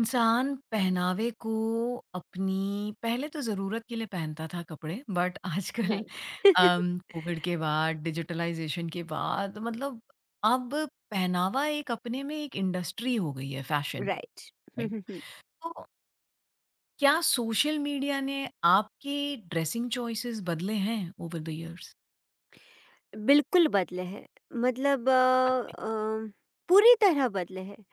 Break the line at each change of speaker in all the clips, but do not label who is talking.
इंसान पहनावे को अपनी पहले तो ज़रूरत के लिए पहनता था कपड़े, बट आजकल
राइट।
कोविड के बाद, डिजिटलाइजेशन के बाद, मतलब अब पहनावा एक अपने में एक इंडस्ट्री हो गई है, fashion.
Right. Hmm,
right.
Hmm, hmm.
तो क्या सोशल मीडिया ने आपके ड्रेसिंग चॉइसेस बदले हैं ओवर द इयर्स?
बिल्कुल बदले हैं। मतलब अ, पूरी तरह बदले हैं।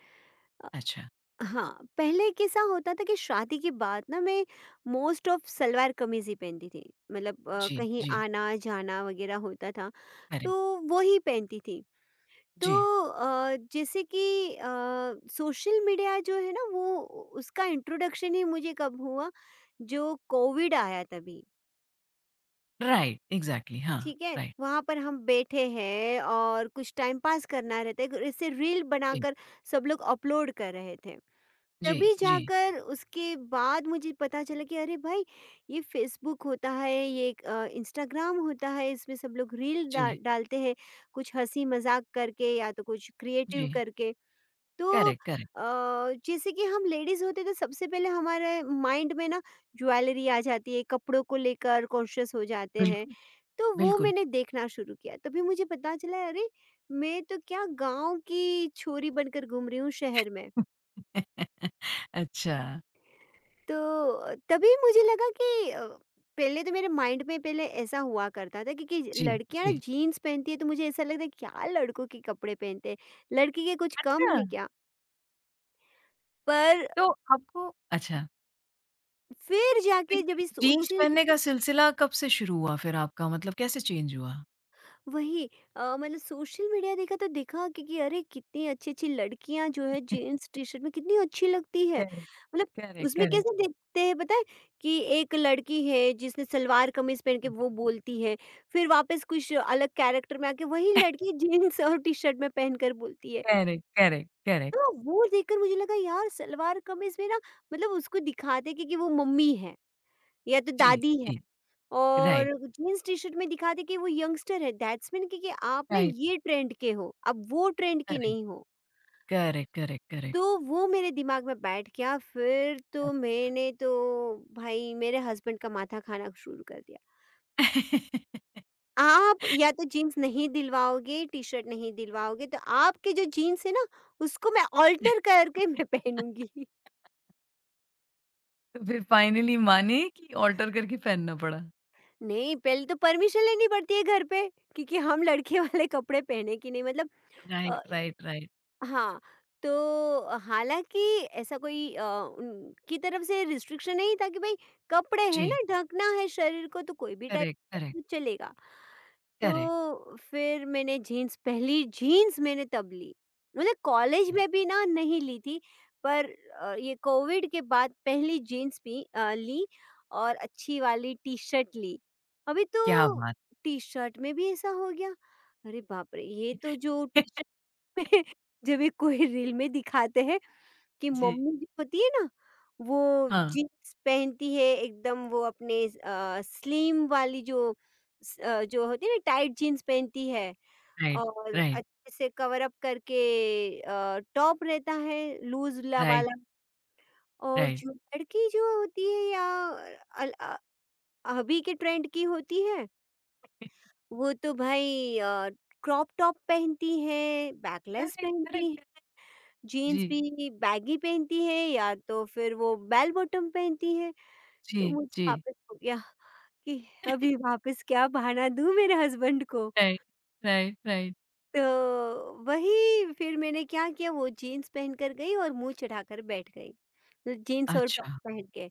अ,
अच्छा।
हाँ। पहले कैसा होता था कि शादी के बाद ना मैं मोस्ट ऑफ सलवार कमीज ही पहनती थी। मतलब
जी,
कहीं
जी।
आना जाना वगैरह होता था
करेक्ट।
तो वो ही पहनती थी। तो
जी।
जैसे कि सोशल मीडिया जो है ना वो उसका इंट्रोडक्शन ही मुझे कब हुआ, जो कोविड आया तभी।
राइट, एग्जैक्टली, हाँ।
ठीक है,
राइट।
वहां पर हम बैठे हैं और कुछ टाइम पास करना रहता है, ऐसे रील
जी,
बनाकर सब लोग अपलोड कर रहे थे।
जी,
तभी
जी,
जाकर उसके बाद मुझे पता चला कि अरे भाई, ये फेसबुक होता है, ये एक, इंस्टाग्राम होता है, इसमें सब लोग रील
जी,
डालते हैं, कुछ हंसी मजाक करके या तो कुछ क्रिएटिव
जी।
करके। तो
करेक्ट, करेक्ट।
अ, जैसे कि हम लेडीज होते तो सबसे पहले हमारे माइंड में ना ज्वेलरी आ जाती है, कपड़ों को लेकर कॉन्शियस हो जाते हैं।
बिल्कुल,
तो वो
बिल्कुल।
मैंने देखना शुरू किया, तभी मुझे पता चला अरे, मैं तो क्या गांव की छोरी बनकर घूम रही हूँ शहर में।
अच्छा,
तो तभी मुझे लगा कि पहले तो मेरे माइंड में पहले ऐसा हुआ करता था, क्योंकि
जी,
लड़कियां ना
जी।
जीन्स पहनती है तो मुझे ऐसा लगता है क्या लड़कों के कपड़े पहनते हैं, लड़की के कुछ कम
अच्छा,
है क्या। पर
तो आपको अच्छा,
फिर
तो
जाके
ये
जब ये
जीन्स
सोशल,
पहनने का सिलसिला कब से शुरू हुआ फिर आपका? मतलब कैसे चेंज हुआ?
वही मतलब सोशल मीडिया देखा तो देखा कि, अरे कितनी अच्छी अच्छी लड़कियां जो है जीन्स टी शर्ट में कितनी अच्छी लगती है।
करेक्ट,
मतलब
करेक्ट,
उसमें
करेक्ट।
कैसे देखते हैं पता है, कि एक लड़की है जिसने सलवार कमीज पहन के वो बोलती है, फिर वापस कुछ अलग कैरेक्टर में आके वही लड़की जीन्स और टी शर्ट में पहनकर बोलती है।
Correct, correct, correct.
तो वो देखकर मुझे लगा यार सलवार कमीज में ना, मतलब उसको दिखाते कि, वो मम्मी है या तो
जी,
दादी है,
जी। राइट,
और जीन्स टी-शर्ट में दिखाते कि वो यंगस्टर है। दैट्स मीन कि, आप ना
राइट,
ये ट्रेंड के हो, आप वो ट्रेंड के
करेक्ट,
नहीं हो।
Correct, correct, correct.
तो वो मेरे दिमाग में बैठ गया, फिर तो मैंने तो भाई मेरे हस्बैंड का माथा खाना शुरू कर दिया। आप या तो जीन्स नहीं दिलवाओगे, टी-शर्ट नहीं दिलवाओगे, तो आपके जो जीन्स है ना उसको मैं अल्टर करके मैं
अच
पहनूँगी।
तो फिर फाइनली माने कि ऑल्टर करके पहनना पड़ा?
नहीं, पहले तो परमिशन लेनी पड़ती है घर पे, क्योंकि हम लड़के वाले कपड़े पहने की नहीं, मतलब अ
राइट, राइट, राइट।
हाँ, तो हालाँकि ऐसा कोई उनकी तरफ से रिस्ट्रिक्शन नहीं था कि भई कपड़े हैं
जी,
ना, ढकना है शरीर को, तो कोई भी टाइप
करेक्ट, करेक्ट,
का चलेगा।
करेक्ट,
तो फिर मैंने जीन्स, पहली जीन्स मैंने तब ली। मतलब कॉलेज
राइट।
में भी ना नहीं ली थी, पर ये कोविड के बाद पहली जीन्स भी ली, और अच्छी वाली टी-शर्ट ली। अभी
क्या
तो
बात!
टी-शर्ट में भी ऐसा हो गया। अरे बाप रे! ये तो जो टी-शर्ट जब ये कोई रील में दिखाते हैं कि
जी।
मम्मी जो होती है ना, वो
हाँ,
जीन्स पहनती है, एकदम वो अपने स्लिम वाली जो जो होती है ना, टाइट जीन्स पहनती है
राइट,
और
राइट,
अच्छे से कवर अप करके टॉप रहता है, लूज ला
राइट,
वाला। और जो लड़की जो होती है या अल- अ- अभी के ट्रेंड की होती है,
राइट।
वो तो भाई क्रॉप टॉप पहनती है, बैकलेस
करेक्ट,
पहनती,
करेक्ट।
जीन्स
जी,
भी बैगी पहनती है या तो फिर वो बेल बॉटम पहनती है।
जी,
तो मुझे
जी।
वापस हो गया कि अभी वापस क्या बहाना दूँ मेरे हस्बैंड को।
Right, right, right.
तो वही फिर मैंने क्या किया, वो जीन्स पहन कर गई और मुँह चढ़ाकर बैठ गई, तो जीन्स और टॉप
अच्छा।
पहन के।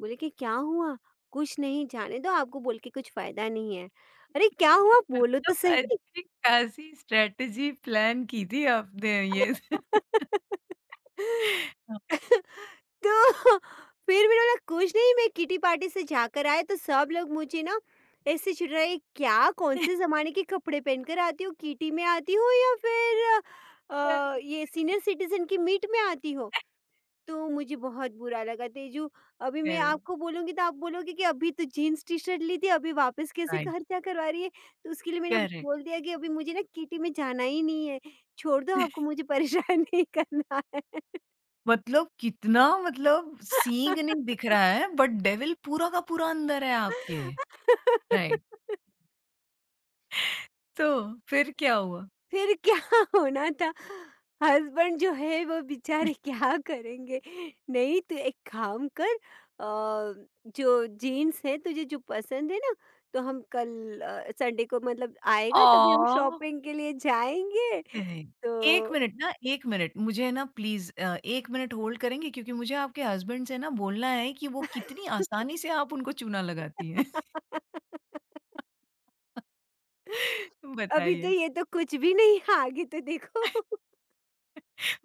बोले कि क्या हुआ? कुछ नहीं, जाने दो, आपको बोल के कुछ फ़ायदा नहीं है। अरे क्या हुआ, बोलो तो
मतलब
सही।
अच्छी-खासी स्ट्रैटेजी प्लान की थी आपने ये। हाँ।
तो फिर मैंने बोला कुछ नहीं, मैं किटी पार्टी से जाकर आए तो सब लोग मुझे ना ऐसे चिढ़ रहे, क्या कौन से जमाने के कपड़े पहनकर आती हो, किटी में आती हो या फिर
करेक्ट,
ये सीनियर सिटीजन की मीट में आती हो। तो मुझे बहुत बुरा लगा तेजू। अभी मैं
करेक्ट,
आपको बोलूँगी तो आप बोलोगे कि अभी तो जीन्स टी-शर्ट ली थी, अभी वापस कैसे
राइट।
खर्चा करवा रही है? तो उसके लिए मैंने
करेक्ट।
बोल दिया कि अभी मुझे ना किटी में जाना ही नहीं है। छोड़ दो आपको, मुझे परेशान नहीं करना
मतलब कितना, मतलब सींग नहीं दिख
है।
रहा है बट डेविल पूरा का पूरा अंदर है आपके। राइट। तो फिर क्या हुआ?
फिर क्या होना था? हस्बैंड जो है वो बेचारे क्या करेंगे? नहीं तो एक काम कर, अ, जो जीन्स है तुझे जो पसंद है ना, तो हम कल संडे को मतलब आएगा तभी हम
ओ
शॉपिंग के लिए जाएँगे।
नहीं,
तो
1 मिनट ना, 1 मिनट मुझे ना, प्लीज़ 1 मिनट होल्ड करेंगे? क्योंकि मुझे आपके हस्बैंड से ना बोलना है कि वो कितनी आसानी से आप उनको चूना लगाती हैं।
अभी तो
बताइए,
ये तो कुछ भी नहीं है, आगे तो देखो।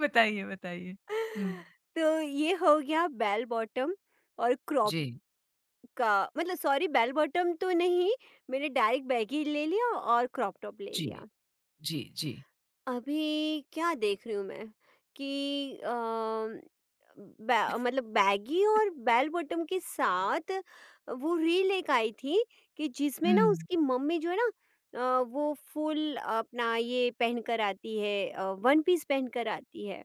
बताइए, बताइए। हुँ।
तो ये हो गया बेल बॉटम और क्रॉप
जी,
का, मतलब सॉरी बेल बॉटम तो नहीं, मैंने डायरेक्ट बैगी ले लिया और क्रॉप टॉप ले
जी,
लिया।
जी, जी।
अभी क्या देख रही हूँ मैं कि बै मतलब बैगी और बेल बॉटम के साथ वो रील एक आई थी कि जिसमें ना
हुँ,
उसकी मम्मी जो है ना वो फुल अपना ये पहन कर आती है, वन पीस पहन कर आती है।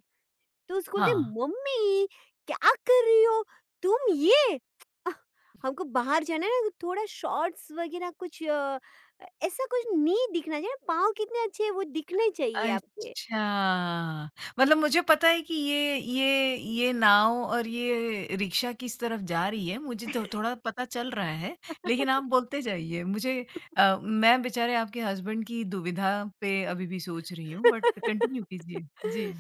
तो उसको बोलते
हाँ।
मम्मी, क्या कर रही हो तुम ये आह, हमको बाहर जाना है ना, थोड़ा शॉर्ट्स वगैरह कुछ ऐसा कुछ नहीं दिखना चाहिए, पाँव कितने अच्छे हैं, वो दिखने चाहिए आपके।
अच्छा, मतलब मुझे पता है कि ये नाव और ये रिक्शा किस तरफ जा रही है, मुझे तो थोड़ा पता चल रहा है, लेकिन आप बोलते जाइए। मैं बेचारे आपके हस्बैंड की दुविधा पे अभी भी सोच रही हूँ, बट कंटिन्यू कीजिए। जी।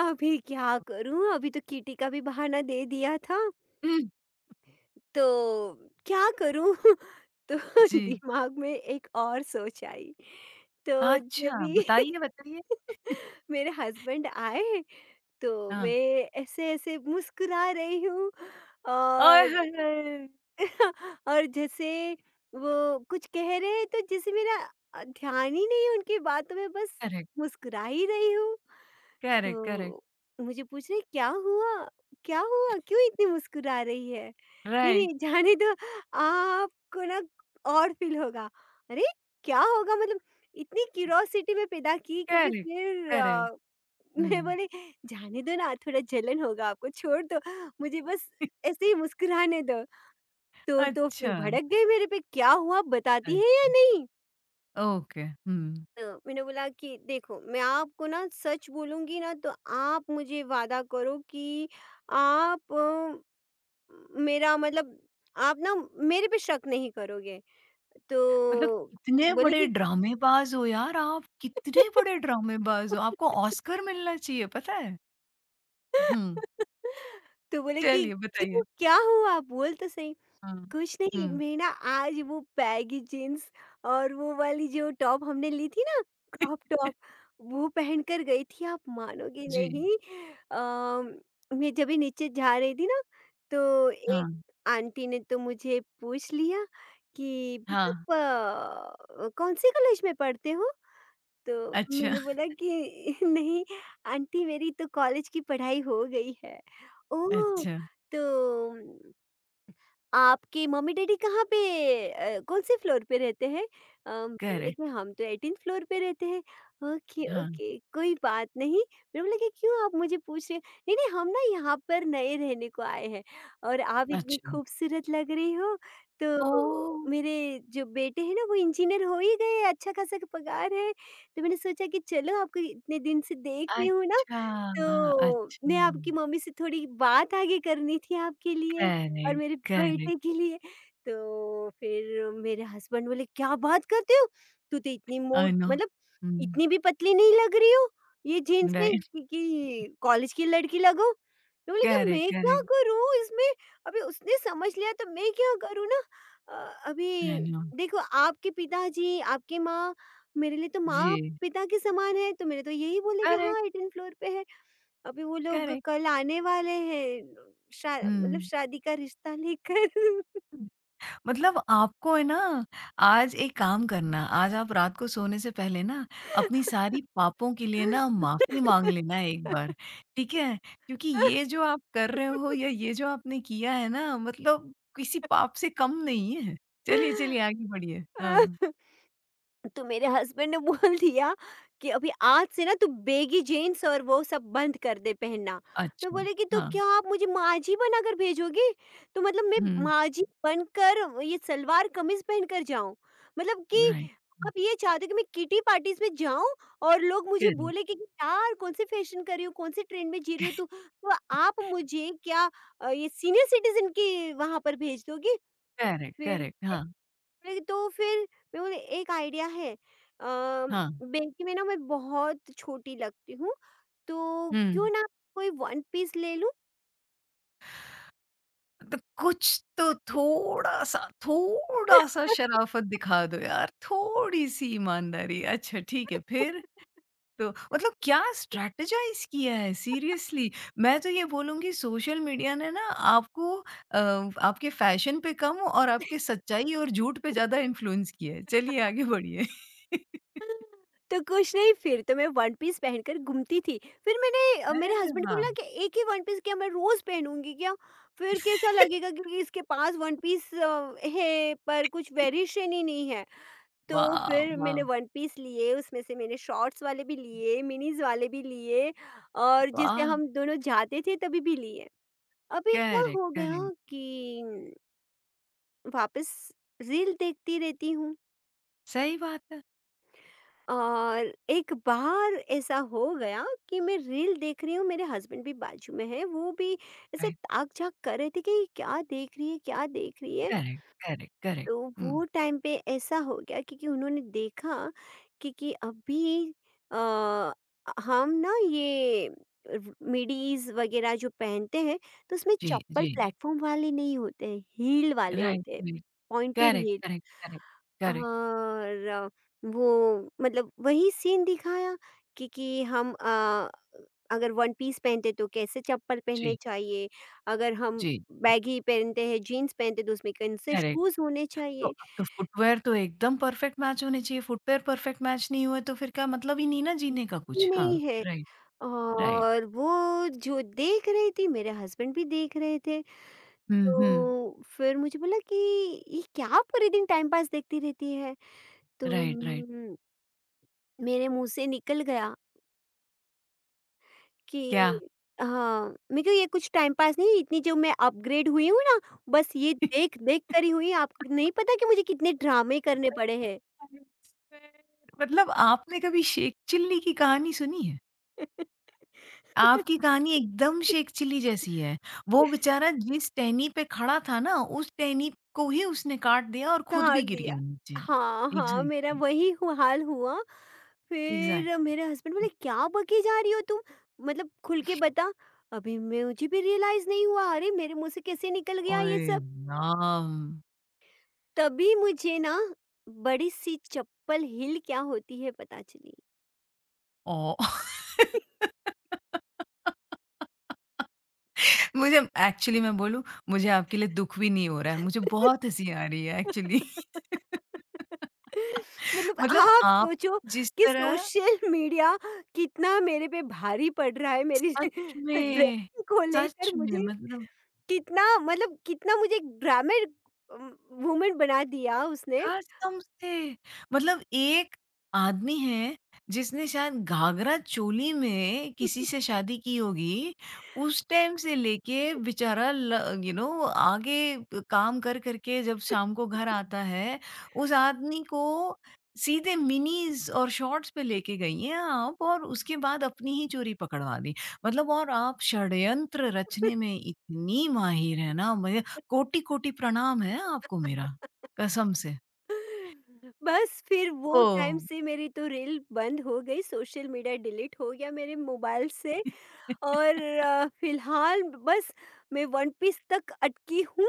अभी क्या करूं, अभी तो किटी का भी बहाना दे दिया था,
हुँ,
तो क्या करूं। तो
जी।
दिमाग में एक और सोच आई। तो जब
अच्छा,
भी
बताइए, बताइए।
मेरे हस्बैंड आए तो
हाँ।
मैं ऐसे-ऐसे मुस्कुरा रही हूँ,
आय
और
हाय हाय!
और जैसे वो कुछ कह रहे हैं तो जैसे मेरा ध्यान ही नहीं है उनकी बातों में, बस
करेक्ट,
मुस्कुरा ही रही हूँ।
Correct, correct.
तो मुझे पूछ रही क्या हुआ? क्या हुआ? क्यों इतनी मुस्कुरा रही है? नहीं,
राइट,
नहीं, जाने दो, आपको ना और फ़ील होगा। अरे! क्या होगा मतलब, इतनी क्यूरोसिटी मैं पैदा की कि
करेक्ट,
फिर
करेक्ट। हुँ।
मैं बोली जाने दो ना, थोड़ा जलन होगा आपको, छोड़ दो, मुझे बस ऐसे ही मुस्कुराने दो। तो
अच्छा,
फिर भड़क गई मेरे पे, क्या हुआ बताती है या
अच्छा।
नहीं?
ओके, हुँ।
तो मैंने बोला कि देखो मैं आपको ना सच बोलूंगी ना, तो आप मुझे वादा करो कि आप मेरा मतलब आप ना मेरे पे शक नहीं करोगे। तो
मतलब कितने
बोले
बड़े
कि
ड्रामेबाज़ हो यार आप, कितने बड़े ड्रामेबाज़ हो, आपको ऑस्कर मिलना चाहिए पता है? हुँ,
तो बोले कि
चलिए
क्यों
बताइए।
क्या हुआ, बोल तो सही।
हाँ,
कुछ नहीं,
हुँ।
मैं ना आज वो बैगी जीन्स और वो वाली जो टॉप हमने ली थी ना, क्रॉप टॉप, वो पहन कर गई थी, आप मानोगे
जी,
नहीं। अम, मैं जब भी नीचे जा रही थी ना, तो एक
हाँ,
आंटी ने तो मुझे पूछ लिया कि
हाँ,
"बेटा, आप कौन से कॉलेज में पढ़ते हो।" तो
अच्छा,
मैंने बोला कि नहीं आंटी, मेरी तो कॉलेज की पढ़ाई हो गई है। ओ,
अच्छा,
तो आपके मम्मी डैडी कहाँ पे कौन-से फ्लोर पे रहते हैं? मैंने बोला
करेक्ट,
कि हम तो 18th फ्लोर पे रहते हैं। ओके,
हाँ,
ओके, कोई बात नहीं। मैंने बोला कि क्यों आप मुझे पूछ रहे हैं? नहीं, नहीं, हम ना यहाँ पर नए रहने को आए हैं और आप इतनी
अच्छा।
खूबसूरत लग रही हो,
ओह!
तो मेरे जो बेटे हैं ना वो इंजीनियर हो ही गए हैं, अच्छा खासा पगार है। तो मैंने सोचा कि चलो आपको इतने दिन से देख रही हूँ ना,
अच्छा,
तो
अच्छा,
मैं आपकी मम्मी से थोड़ी बात आगे करनी थी आपके लिए और
करेक्ट,
मेरे
करेक्ट,
बेटे के लिए। तो फिर मेरे हस्बैंड बोले, "क्या बात करते हो? तू तो इतनी
आई
मोट
नो।
मतलब
हुँ,
इतनी भी पतली नहीं लग रही हो, ये जीन्स में
राइट,
कि कॉलेज की लड़की लगो।" मैं बोली कि
करेक्ट,
मैं क्या
करेक्ट,
करूँ इसमें? अभी उसने समझ लिया तो मैं क्या करूँ ना? अभी
आई नो।
देखो आपके पिताजी, आपकी माँ मेरे लिए तो
जी,
माँ-पिता के समान है, तो मेरे तो यही बोले कि हाँ
करेक्ट,
18 फ्लोर पे है। अभी वो लोग
करेक्ट,
कल आने वाले हैं शा मतलब
हुँ।
शादी का रिश्ता लेकर।
मतलब आपको है ना, आज एक काम करना, आज आप रात को सोने से पहले ना अपनी सारी पापों के लिए ना माफ़ी माँग लेना एक बार, ठीक है? क्योंकि ये जो आप कर रहे हो या ये जो आपने किया है ना, मतलब किसी पाप से कम नहीं है। चलिए, चलिए आगे बढ़िए। हाँ,
तो मेरे हस्बैंड ने बोल दिया कि अभी आज से ना तू बेगी जीन्स और वो सब बंद कर दे पहनना। मैं
अच्छा,
बोले कि तो
हाँ,
क्या आप मुझे माजी बनाकर भेजोगे, तो मतलब मैं
हुँ,
माजी बनकर ये सलवार कमीज पहनकर जाऊं, मतलब कि
राइट, हुँ,
आप ये चाहते हो कि मैं किटी पार्टीज में जाऊं और लोग मुझे
करेक्ट,
बोले कि यार कौन से फैशन कर रही हो कौन से ट्रेंड में जी रही हो तू, तो आप मुझे क्या ये सीनियर सिटीजन की वहां पर भेज दोगे।
करेक्ट,
फिर
करेक्ट, हाँ,
अरे तो फिर मैं बोली एक आइडिया है।
हाँ,
बेटी में ना मैं बहुत छोटी लगती हूँ, तो क्यों
हुँ।
ना कोई वन पीस ले लूं।
तो कुछ तो थोड़ा-सा, थोड़ा-सा शराफ़त दिखा दो यार, थोड़ी-सी ईमानदारी। अच्छा, ठीक है, फिर? तो मतलब क्या स्ट्रैटेजाइज़ किया है सीरियसली। मैं तो ये बोलूँगी सोशल मीडिया ने ना आपको अ, आपके फ़ैशन पे कम और आपके सच्चाई और झूठ पे ज़्यादा इन्फ्लुएंस किया है। चलिए आगे बढ़िए।
तो कुछ नहीं, फिर तो मैं वन पीस पहनकर घूमती थी। फिर मैंने मेरे
अरे
हस्बैंड को
वाह!
बोला कि एक ही वन पीस क्या मैं रोज पहनूंगी क्या, फिर कैसा लगेगा, क्योंकि इसके पास वन पीस है पर कुछ वेरिएशन ही नहीं है। तो
वाह,
फिर मैंने
वाह,
वन पीस लिए, उसमें से मैंने शॉर्ट्स वाले भी लिए, मिनीज़ वाले भी लिए, और जैसे
वाह!
हम दोनों जाते थे तभी भी लिए। अभी क्या
करेक्ट,
हो गया
करेक्ट।
कि वापस रील देखती रहती हूँ,
सही बात है।
और एक बार ऐसा हो गया कि मैं रील देख रही हूँ, मेरे हस्बैंड भी बाजू में हैं, वो भी ऐसे
राइट,
ताक-झाँक कर रहे थे कि क्या देख रही है, क्या देख रही है?
Correct, correct, correct.
तो
हुँ,
वो टाइम पे ऐसा हो गया क्योंकि उन्होंने देखा कि अभी अ, हम ना ये मिडीज वगैरह जो पहनते हैं, तो उसमें
जी,
चप्पल
जी।
प्लेटफॉर्म वाले नहीं होते हैं, हील वाले
राइट,
होते हैं,
right.
Pointed
correct,
heel,
correct, correct, correct.
और वो मतलब वही सीन दिखाया कि हम अगर वन पीस पहनते तो कैसे चप्पल पहनने
जी,
चाहिए, अगर हम
जी, जी।
बैगी पहनते हैं जीन्स पहनते तो उसमें कौन से
करेक्ट।
शूज होने
तो
चाहिए
अब तो फुटवियर तो एकदम परफेक्ट मैच होने चाहिए, फुटवियर परफेक्ट मैच नहीं हुए तो फिर क्या, मतलब ही नहीं ना जीने का
भी
कुछ। हाँ,
नहीं है,
राइट, राइट।
और वो जो देख रही थी मेरे हस्बैंड भी देख रहे थे।
हुँ, हुँ।
तो फिर मुझे बोला कि ये क्या पूरे दिन टाइम पास देखती रहती है। तो
राइट, राइट।
मेरे मुंह से निकल गया कि
क्या?
हाँ मेरे को ये कुछ टाइम पास नहीं, इतनी जो मैं अपग्रेड हुई हूँ ना बस ये देख देख कर ही हुई, आपको नहीं पता कि मुझे कितने ड्रामे करने पड़े हैं।
मतलब आपने कभी शेख चिल्ली की कहानी सुनी है? आपकी कहानी एकदम शेख चिल्ली जैसी है। वो बेचारा जिस टहनी पे खड़ा था ना, उस टहनी को ही उसने काट दिया और खुद भी
काट
गिर
दिया।
गया नीचे।
हाँ, हाँ, मेरा
एग्ज़ैक्टली।
वही हु हाल हुआ। फिर
एग्ज़ैक्टली।
मेरे हस्बैंड बोले, "क्या बकी जा रही हो तुम? मतलब खुल के बता।" अभी मुझे भी रियलाइज़ नहीं हुआ, अरे! मेरे मुँह से कैसे निकल गया ये
ओए
सब?
राम!
तभी मुझे ना बड़ी सी चप्पल हील क्या होती है पता चली।
ओह! मुझे, एक्चुअली मैं बोलूँ, मुझे आपके लिए दुःख भी नहीं हो रहा है, मुझे बहुत हँसी आ रही है एक्चुअली।
मतलब
मतलब
आप
आप
सोचो
जिस
कि
तरह,
सोशल मीडिया कितना मेरे पे भारी पड़ रहा है, मेरी
सच में,
ड्रेसिंग को लेकर
सच में
मुझे
मतलब
कितना मतलब कितना मुझे एक अम, वूमेन बना दिया उसने।
कस्टम से, मतलब एक आदमी है जिसने शायद घाघरा चोली में किसी से शादी की होगी, उस टाइम से लेके बेचारा, यू नो, आगे काम कर करके जब शाम को घर आता है, उस आदमी को सीधे मिनीज और शॉर्ट्स पे लेके गई हैं आप, और उसके बाद अपनी ही चोरी पकड़वा दी। मतलब और आप षड्यंत्र रचने में इतनी माहिर है ना, मुझे कोटि कोटि प्रणाम है आपको मेरा, कसम से।
बस फिर वो
ओह!
टाइम से मेरी तो रील बंद हो गई, सोशल मीडिया डिलीट हो गया मेरे मोबाइल से, और फिलहाल बस मैं वन पीस तक अटकी हूँ,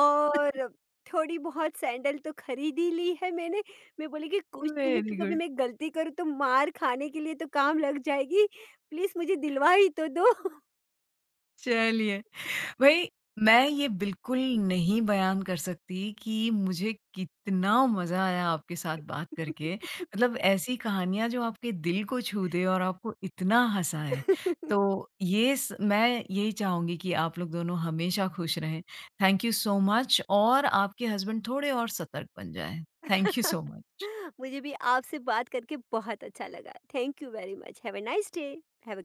और थोड़ी बहुत सैंडल तो खरीद ही ली है मैंने। मैं बोली कि कुछ नहीं तो
वेरी
कभी
गुड।
मैं गलती करूँ तो मार खाने के लिए तो काम लग जाएगी, प्लीज़ मुझे दिलवा ही तो दो।
चलिए, भई मैं ये बिल्कुल नहीं बयान कर सकती कि मुझे कितना मज़ा आया आपके साथ बात करके। मतलब ऐसी कहानियाँ जो आपके दिल को छू दे और आपको इतना हँसाए। तो ये स, मैं यही चाहूँगी कि आप लोग दोनों हमेशा खुश रहें। थैंक यू सो मच, और आपके हस्बैंड थोड़े और सतर्क बन जाएँ। Thank you so much.
मुझे भी आपसे बात करके बहुत अच्छा लगा। Thank you very much. Have a nice day. Have a